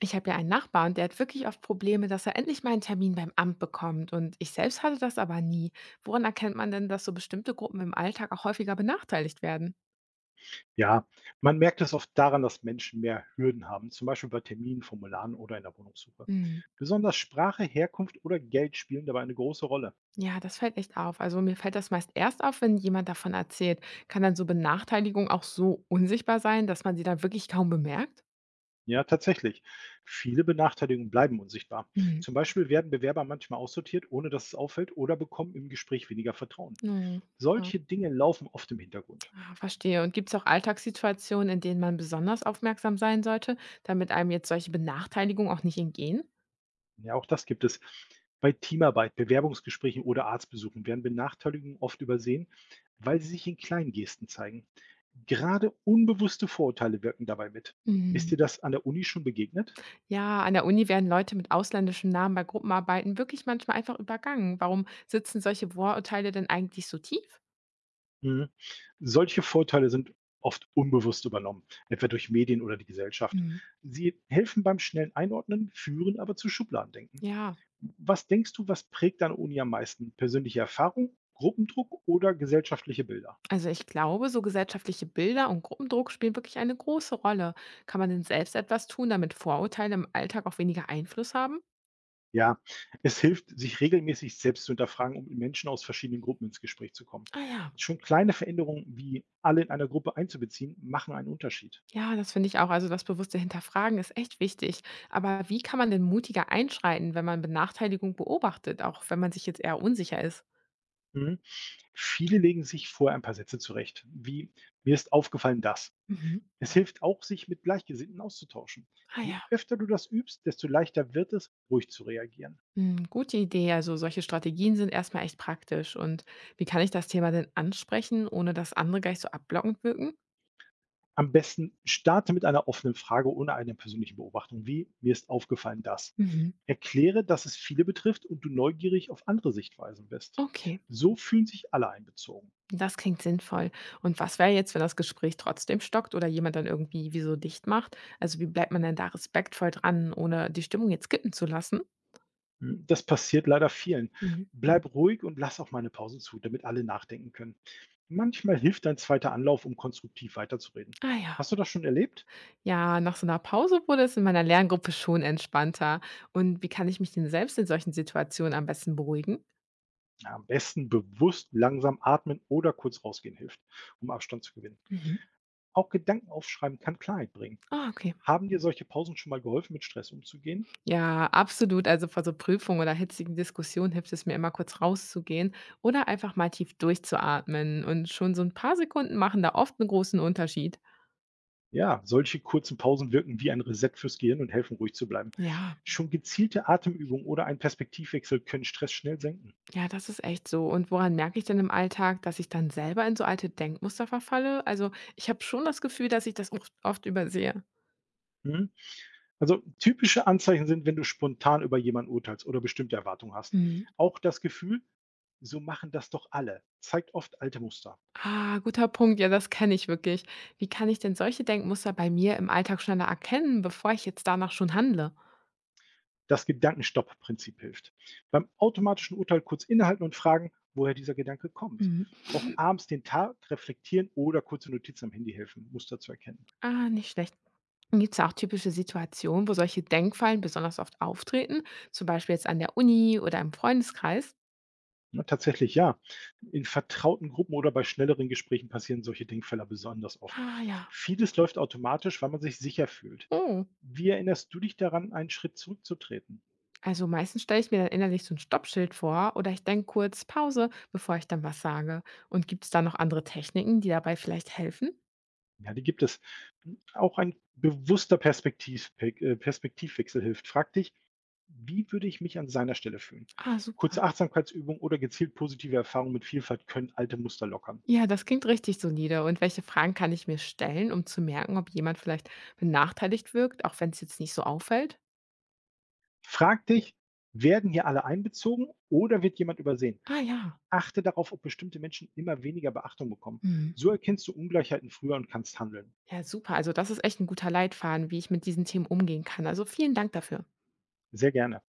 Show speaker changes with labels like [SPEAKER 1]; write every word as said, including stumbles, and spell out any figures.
[SPEAKER 1] Ich habe ja einen Nachbarn, der hat wirklich oft Probleme, dass er endlich mal einen Termin beim Amt bekommt. Und ich selbst hatte das aber nie. Woran erkennt man denn, dass so bestimmte Gruppen im Alltag auch häufiger benachteiligt werden?
[SPEAKER 2] Ja, man merkt es oft daran, dass Menschen mehr Hürden haben, zum Beispiel bei Terminen, Formularen oder in der Wohnungssuche.
[SPEAKER 1] Hm.
[SPEAKER 2] Besonders Sprache, Herkunft oder Geld spielen dabei eine große Rolle.
[SPEAKER 1] Ja, das fällt echt auf. Also mir fällt das meist erst auf, wenn jemand davon erzählt. Kann dann so Benachteiligung auch so unsichtbar sein, dass man sie dann wirklich kaum bemerkt?
[SPEAKER 2] Ja, tatsächlich. Viele Benachteiligungen bleiben unsichtbar.
[SPEAKER 1] Mhm.
[SPEAKER 2] Zum Beispiel werden Bewerber manchmal aussortiert, ohne dass es auffällt, oder bekommen im Gespräch weniger Vertrauen.
[SPEAKER 1] Mhm. Ja.
[SPEAKER 2] Solche Dinge laufen oft im Hintergrund.
[SPEAKER 1] Ah, verstehe. Und gibt es auch Alltagssituationen, in denen man besonders aufmerksam sein sollte, damit einem jetzt solche Benachteiligungen auch nicht entgehen?
[SPEAKER 2] Ja, auch das gibt es. Bei Teamarbeit, Bewerbungsgesprächen oder Arztbesuchen werden Benachteiligungen oft übersehen, weil sie sich in kleinen Gesten zeigen. Gerade unbewusste Vorurteile wirken dabei mit. Ist dir das an der Uni schon begegnet?
[SPEAKER 1] Ja, an der Uni werden Leute mit ausländischen Namen bei Gruppenarbeiten wirklich manchmal einfach übergangen. Warum sitzen solche Vorurteile denn eigentlich so tief?
[SPEAKER 2] Mhm. Solche Vorurteile sind oft unbewusst übernommen, etwa durch Medien oder die Gesellschaft.
[SPEAKER 1] Hm.
[SPEAKER 2] Sie helfen beim schnellen Einordnen, führen aber zu Schubladendenken.
[SPEAKER 1] Ja,
[SPEAKER 2] Was denkst du, was prägt deine Uni am meisten? Persönliche Erfahrung, Gruppendruck oder gesellschaftliche Bilder?
[SPEAKER 1] also ich glaube, so gesellschaftliche Bilder und Gruppendruck spielen wirklich eine große Rolle. Kann man denn selbst etwas tun, damit Vorurteile im Alltag auch weniger Einfluss haben?
[SPEAKER 2] Ja, es hilft, sich regelmäßig selbst zu hinterfragen, um mit Menschen aus verschiedenen Gruppen ins Gespräch zu kommen.
[SPEAKER 1] Ah ja.
[SPEAKER 2] Schon kleine Veränderungen wie alle in einer Gruppe einzubeziehen, machen einen Unterschied.
[SPEAKER 1] Ja, das finde ich auch. Also das bewusste Hinterfragen ist echt wichtig. Aber wie kann man denn mutiger einschreiten, wenn man Benachteiligung beobachtet, auch wenn man sich jetzt eher unsicher ist?
[SPEAKER 2] Mhm. Viele legen sich vorher ein paar Sätze zurecht, wie mir ist aufgefallen das.
[SPEAKER 1] Mhm.
[SPEAKER 2] Es hilft auch, sich mit Gleichgesinnten auszutauschen.
[SPEAKER 1] Ah
[SPEAKER 2] Je
[SPEAKER 1] ja.
[SPEAKER 2] öfter du das übst, desto leichter wird es, ruhig zu reagieren.
[SPEAKER 1] Hm, gute Idee. Also solche Strategien sind erstmal echt praktisch. Und wie kann ich das Thema denn ansprechen, ohne dass andere gleich so abblockend wirken?
[SPEAKER 2] Am besten starte mit einer offenen Frage ohne eine persönliche Beobachtung, wie mir ist aufgefallen das.
[SPEAKER 1] Mhm.
[SPEAKER 2] Erkläre, dass es viele betrifft und du neugierig auf andere Sichtweisen bist.
[SPEAKER 1] Okay,
[SPEAKER 2] So fühlen sich alle einbezogen.
[SPEAKER 1] das klingt sinnvoll. Und was wäre jetzt, wenn das Gespräch trotzdem stockt oder jemand dann irgendwie wieso dicht macht? Also wie bleibt man denn da respektvoll dran, ohne die Stimmung jetzt kippen zu lassen?
[SPEAKER 2] Hm, das passiert leider vielen.
[SPEAKER 1] Mhm.
[SPEAKER 2] Bleib ruhig und lass auch mal eine Pause zu, damit alle nachdenken können. Manchmal hilft ein zweiter Anlauf, um konstruktiv weiterzureden.
[SPEAKER 1] Ah ja.
[SPEAKER 2] Hast du das schon erlebt?
[SPEAKER 1] Ja, nach so einer Pause wurde es in meiner Lerngruppe schon entspannter. Und wie kann ich mich denn selbst in solchen Situationen am besten beruhigen?
[SPEAKER 2] Na, am besten bewusst langsam atmen oder kurz rausgehen hilft, um Abstand zu gewinnen.
[SPEAKER 1] Mhm.
[SPEAKER 2] Auch Gedanken aufschreiben kann Klarheit bringen.
[SPEAKER 1] Ah, okay.
[SPEAKER 2] Haben dir solche Pausen schon mal geholfen, mit Stress umzugehen?
[SPEAKER 1] Ja, absolut. Also vor so Prüfungen oder hitzigen Diskussionen hilft es mir immer kurz rauszugehen oder einfach mal tief durchzuatmen. Und schon so ein paar Sekunden machen da oft einen großen Unterschied.
[SPEAKER 2] Ja, solche kurzen Pausen wirken wie ein Reset fürs Gehirn und helfen, ruhig zu bleiben.
[SPEAKER 1] Ja,
[SPEAKER 2] Schon gezielte Atemübungen oder ein Perspektivwechsel können Stress schnell senken.
[SPEAKER 1] ja, das ist echt so. Und woran merke ich denn im Alltag, dass ich dann selber in so alte Denkmuster verfalle? Also ich habe schon das Gefühl, dass ich das oft oft übersehe.
[SPEAKER 2] Mhm. Also typische Anzeichen sind, wenn du spontan über jemanden urteilst oder bestimmte Erwartungen hast.
[SPEAKER 1] Mhm.
[SPEAKER 2] Auch das Gefühl, so machen das doch alle, zeigt oft alte Muster.
[SPEAKER 1] Ah, guter Punkt. Ja, das kenne ich wirklich. Wie kann ich denn solche Denkmuster bei mir im Alltag schneller erkennen, bevor ich jetzt danach schon handle?
[SPEAKER 2] Das Gedankenstopp-Prinzip hilft. Beim automatischen Urteil kurz innehalten und fragen, woher dieser Gedanke kommt.
[SPEAKER 1] Mhm.
[SPEAKER 2] Auch abends den Tag reflektieren oder kurze Notizen am Handy helfen, Muster zu erkennen.
[SPEAKER 1] Ah, nicht schlecht. Gibt es auch typische Situationen, wo solche Denkfallen besonders oft auftreten, zum Beispiel jetzt an der Uni oder im Freundeskreis?
[SPEAKER 2] Ja, tatsächlich ja. In vertrauten Gruppen oder bei schnelleren Gesprächen passieren solche Denkfehler besonders oft.
[SPEAKER 1] Ah ja.
[SPEAKER 2] Vieles läuft automatisch, weil man sich sicher fühlt.
[SPEAKER 1] Oh.
[SPEAKER 2] Wie erinnerst du dich daran, einen Schritt zurückzutreten?
[SPEAKER 1] Also meistens stelle ich mir dann innerlich so ein Stoppschild vor oder ich denke kurz Pause, bevor ich dann was sage. Und gibt es da noch andere Techniken, die dabei vielleicht helfen?
[SPEAKER 2] Ja, die gibt es. Auch ein bewusster Perspektiv, äh, Perspektivwechsel hilft. Frag dich, wie würde ich mich an seiner Stelle fühlen?
[SPEAKER 1] Ah, super.
[SPEAKER 2] Kurze Achtsamkeitsübung oder gezielt positive Erfahrungen mit Vielfalt können alte Muster lockern.
[SPEAKER 1] Ja, das klingt richtig solide. Und welche Fragen kann ich mir stellen, um zu merken, ob jemand vielleicht benachteiligt wirkt, auch wenn es jetzt nicht so auffällt?
[SPEAKER 2] Frag dich, werden hier alle einbezogen oder wird jemand übersehen?
[SPEAKER 1] Ah ja.
[SPEAKER 2] Achte darauf, ob bestimmte Menschen immer weniger Beachtung bekommen.
[SPEAKER 1] Mhm.
[SPEAKER 2] So erkennst du Ungleichheiten früher und kannst handeln.
[SPEAKER 1] Ja, super. Also das ist echt ein guter Leitfaden, wie ich mit diesen Themen umgehen kann. Also vielen Dank dafür.
[SPEAKER 2] Sehr gerne.